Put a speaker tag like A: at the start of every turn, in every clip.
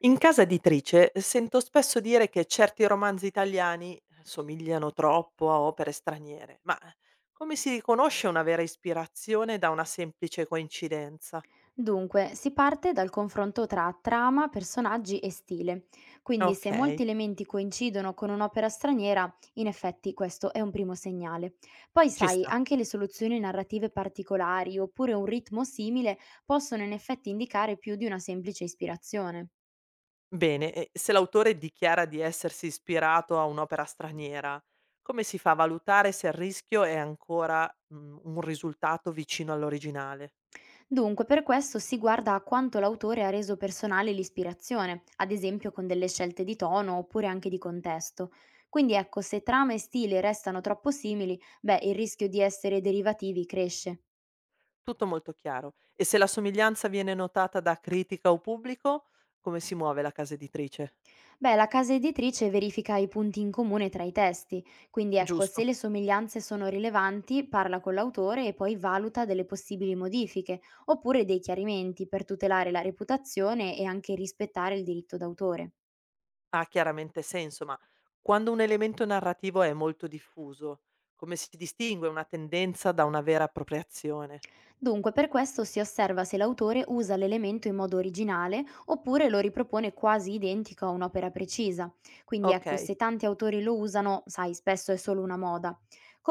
A: In casa editrice sento spesso dire che certi romanzi italiani somigliano troppo a opere straniere, ma come si riconosce una vera ispirazione da una semplice coincidenza?
B: Dunque, si parte dal confronto tra trama, personaggi e stile. Quindi,
A: Ok,
B: se molti elementi coincidono con un'opera straniera, in effetti questo è un primo segnale. Poi,
A: ci
B: sai,
A: sta.
B: anche le soluzioni narrative particolari oppure un ritmo simile possono in effetti indicare più di una semplice ispirazione.
A: Bene, e se l'autore dichiara di essersi ispirato a un'opera straniera, come si fa a valutare se il rischio è ancora un risultato vicino all'originale?
B: Dunque, per questo si guarda a quanto l'autore ha reso personale l'ispirazione, ad esempio con delle scelte di tono oppure anche di contesto. Quindi ecco, se trama e stile restano troppo simili, beh, il rischio di essere derivativi cresce.
A: Tutto molto chiaro. E se la somiglianza viene notata da critica o pubblico, come si muove la casa editrice?
B: Beh, la casa editrice verifica i punti in comune tra i testi, quindi ecco, se
A: Giusto,
B: le somiglianze sono rilevanti, parla con l'autore e poi valuta delle possibili modifiche, oppure dei chiarimenti per tutelare la reputazione e anche rispettare il diritto d'autore.
A: ha chiaramente senso, ma quando un elemento narrativo è molto diffuso, come si distingue una tendenza da una vera appropriazione?
B: Dunque, per questo si osserva se l'autore usa l'elemento in modo originale oppure lo ripropone quasi identico a un'opera precisa. Quindi ecco,
A: Ok,
B: se tanti autori lo usano, sai, spesso è solo una moda.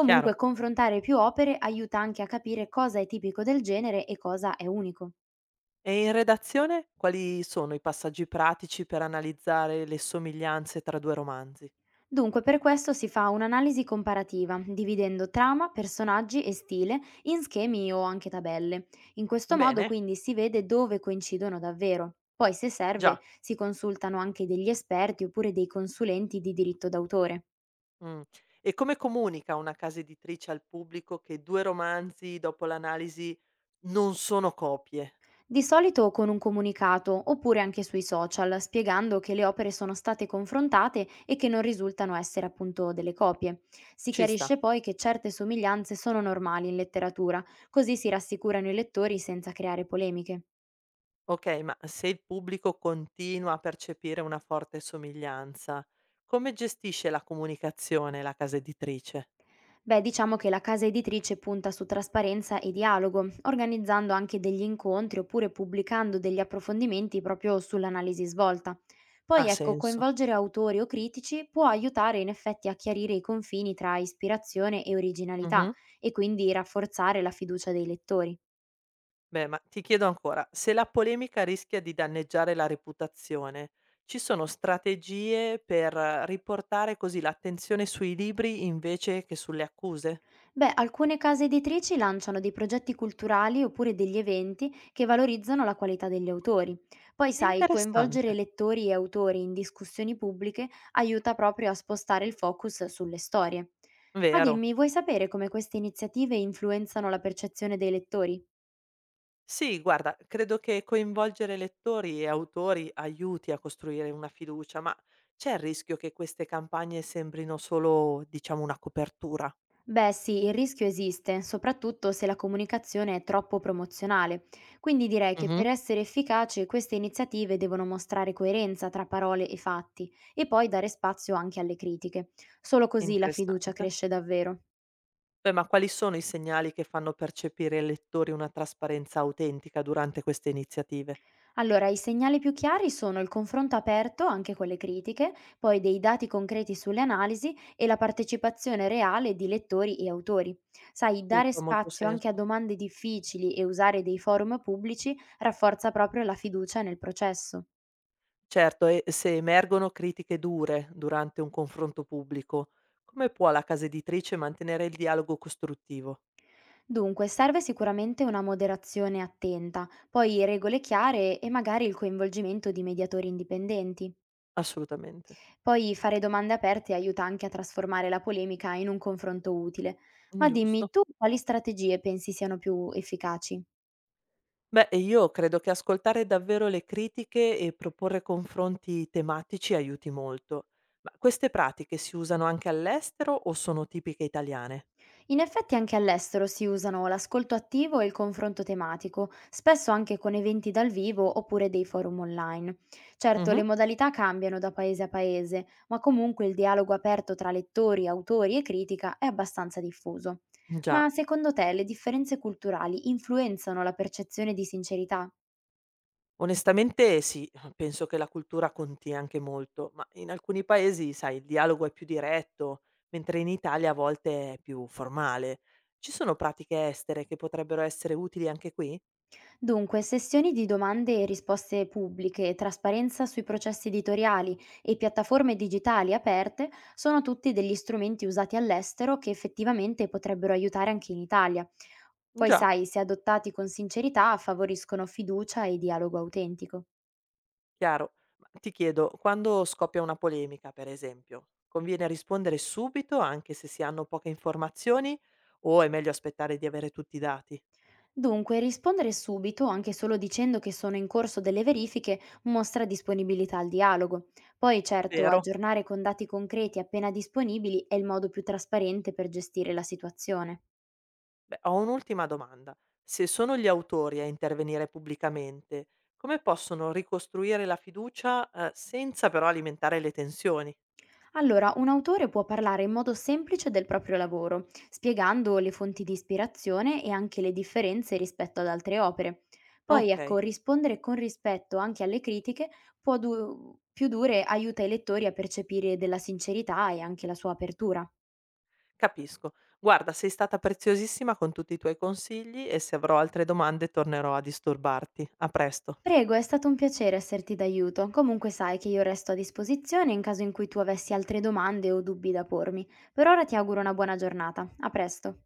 A: chiaro.
B: confrontare più opere aiuta anche a capire cosa è tipico del genere e cosa è unico.
A: E in redazione quali sono i passaggi pratici per analizzare le somiglianze tra due romanzi?
B: Dunque, per questo si fa un'analisi comparativa, dividendo trama, personaggi e stile in schemi o anche tabelle. In questo modo
A: Bene,
B: quindi si vede dove coincidono davvero. Poi, se serve,
A: già.
B: si consultano anche degli esperti oppure dei consulenti di diritto d'autore.
A: Mm. E come comunica una casa editrice al pubblico che due romanzi, dopo l'analisi, non sono copie?
B: Di solito con un comunicato, oppure anche sui social, spiegando che le opere sono state confrontate e che non risultano essere appunto delle copie. Si
A: Ci sta.
B: chiarisce poi che certe somiglianze sono normali in letteratura, così si rassicurano i lettori senza creare polemiche.
A: Okay, ma se il pubblico continua a percepire una forte somiglianza, come gestisce la comunicazione la casa editrice?
B: Beh, diciamo che la casa editrice punta su trasparenza e dialogo, organizzando anche degli incontri oppure pubblicando degli approfondimenti proprio sull'analisi svolta.
A: Ha
B: Poi ecco,
A: senso.
B: coinvolgere autori o critici può aiutare in effetti a chiarire i confini tra ispirazione e originalità
A: Mh-mh.
B: e quindi rafforzare la fiducia dei lettori.
A: Beh, ma ti chiedo ancora, se la polemica rischia di danneggiare la reputazione, ci sono strategie per riportare così l'attenzione sui libri invece che sulle accuse?
B: Beh, alcune case editrici lanciano dei progetti culturali oppure degli eventi che valorizzano la qualità degli autori. Poi, sai,
A: Interessante,
B: coinvolgere lettori e autori in discussioni pubbliche aiuta proprio a spostare il focus sulle storie. Ma
A: vero.
B: dimmi, vuoi sapere come queste iniziative influenzano la percezione dei lettori?
A: Sì, guarda, credo che coinvolgere lettori e autori aiuti a costruire una fiducia, ma c'è il rischio che queste campagne sembrino solo, diciamo, una copertura?
B: Beh sì, il rischio esiste, soprattutto se la comunicazione è troppo promozionale. Quindi direi che
A: Mhm.
B: per essere efficace queste iniziative devono mostrare coerenza tra parole e fatti e poi dare spazio anche alle critiche. Solo così la fiducia
A: Interessante.
B: cresce davvero.
A: Beh, ma quali sono i segnali che fanno percepire ai lettori una trasparenza autentica durante queste iniziative?
B: Allora, i segnali più chiari sono il confronto aperto, anche con le critiche, poi dei dati concreti sulle analisi e la partecipazione reale di lettori e autori. Sai, dare
A: Tutto ha molto
B: spazio anche a
A: senso.
B: domande difficili e usare dei forum pubblici rafforza proprio la fiducia nel processo.
A: Certo, e se emergono critiche dure durante un confronto pubblico, come può la casa editrice mantenere il dialogo costruttivo?
B: Dunque, serve sicuramente una moderazione attenta, poi regole chiare e magari il coinvolgimento di mediatori indipendenti.
A: Assolutamente.
B: Poi fare domande aperte aiuta anche a trasformare la polemica in un confronto utile. Ma dimmi,
A: Giusto.
B: tu quali strategie pensi siano più efficaci?
A: Beh, e io credo che ascoltare davvero le critiche e proporre confronti tematici aiuti molto. Ma queste pratiche si usano anche all'estero o sono tipiche italiane?
B: In effetti anche all'estero si usano l'ascolto attivo e il confronto tematico, spesso anche con eventi dal vivo oppure dei forum online. Certo,
A: Mhm.
B: le modalità cambiano da paese a paese, ma comunque il dialogo aperto tra lettori, autori e critica è abbastanza diffuso.
A: Già,
B: Ma secondo te le differenze culturali influenzano la percezione di sincerità?
A: onestamente sì, penso che la cultura conti anche molto, ma in alcuni paesi, sai, il dialogo è più diretto, mentre in Italia a volte è più formale. Ci sono pratiche estere che potrebbero essere utili anche qui?
B: Dunque, sessioni di domande e risposte pubbliche, trasparenza sui processi editoriali e piattaforme digitali aperte sono tutti degli strumenti usati all'estero che effettivamente potrebbero aiutare anche in Italia. Poi
A: Già.
B: sai, se adottati con sincerità, favoriscono fiducia e dialogo autentico.
A: Chiaro. Ma ti chiedo, quando scoppia una polemica, per esempio, conviene rispondere subito anche se si hanno poche informazioni o è meglio aspettare di avere tutti i dati?
B: Dunque, rispondere subito, anche solo dicendo che sono in corso delle verifiche, mostra disponibilità al dialogo. Poi, certo,
A: Vero?
B: aggiornare con dati concreti appena disponibili è il modo più trasparente per gestire la situazione.
A: Beh, ho un'ultima domanda. Se sono gli autori a intervenire pubblicamente, come possono ricostruire la fiducia, senza però alimentare le tensioni?
B: Allora, un autore può parlare in modo semplice del proprio lavoro, spiegando le fonti di ispirazione e anche le differenze rispetto ad altre opere. Poi,
A: Ok,
B: ecco, rispondere con rispetto anche alle critiche più dure aiuta i lettori a percepire della sincerità e anche la sua apertura.
A: capisco. Guarda, sei stata preziosissima con tutti i tuoi consigli e se avrò altre domande tornerò a disturbarti. A presto.
B: Prego, è stato un piacere esserti d'aiuto. Comunque sai che io resto a disposizione in caso in cui tu avessi altre domande o dubbi da pormi. Per ora ti auguro una buona giornata. A presto.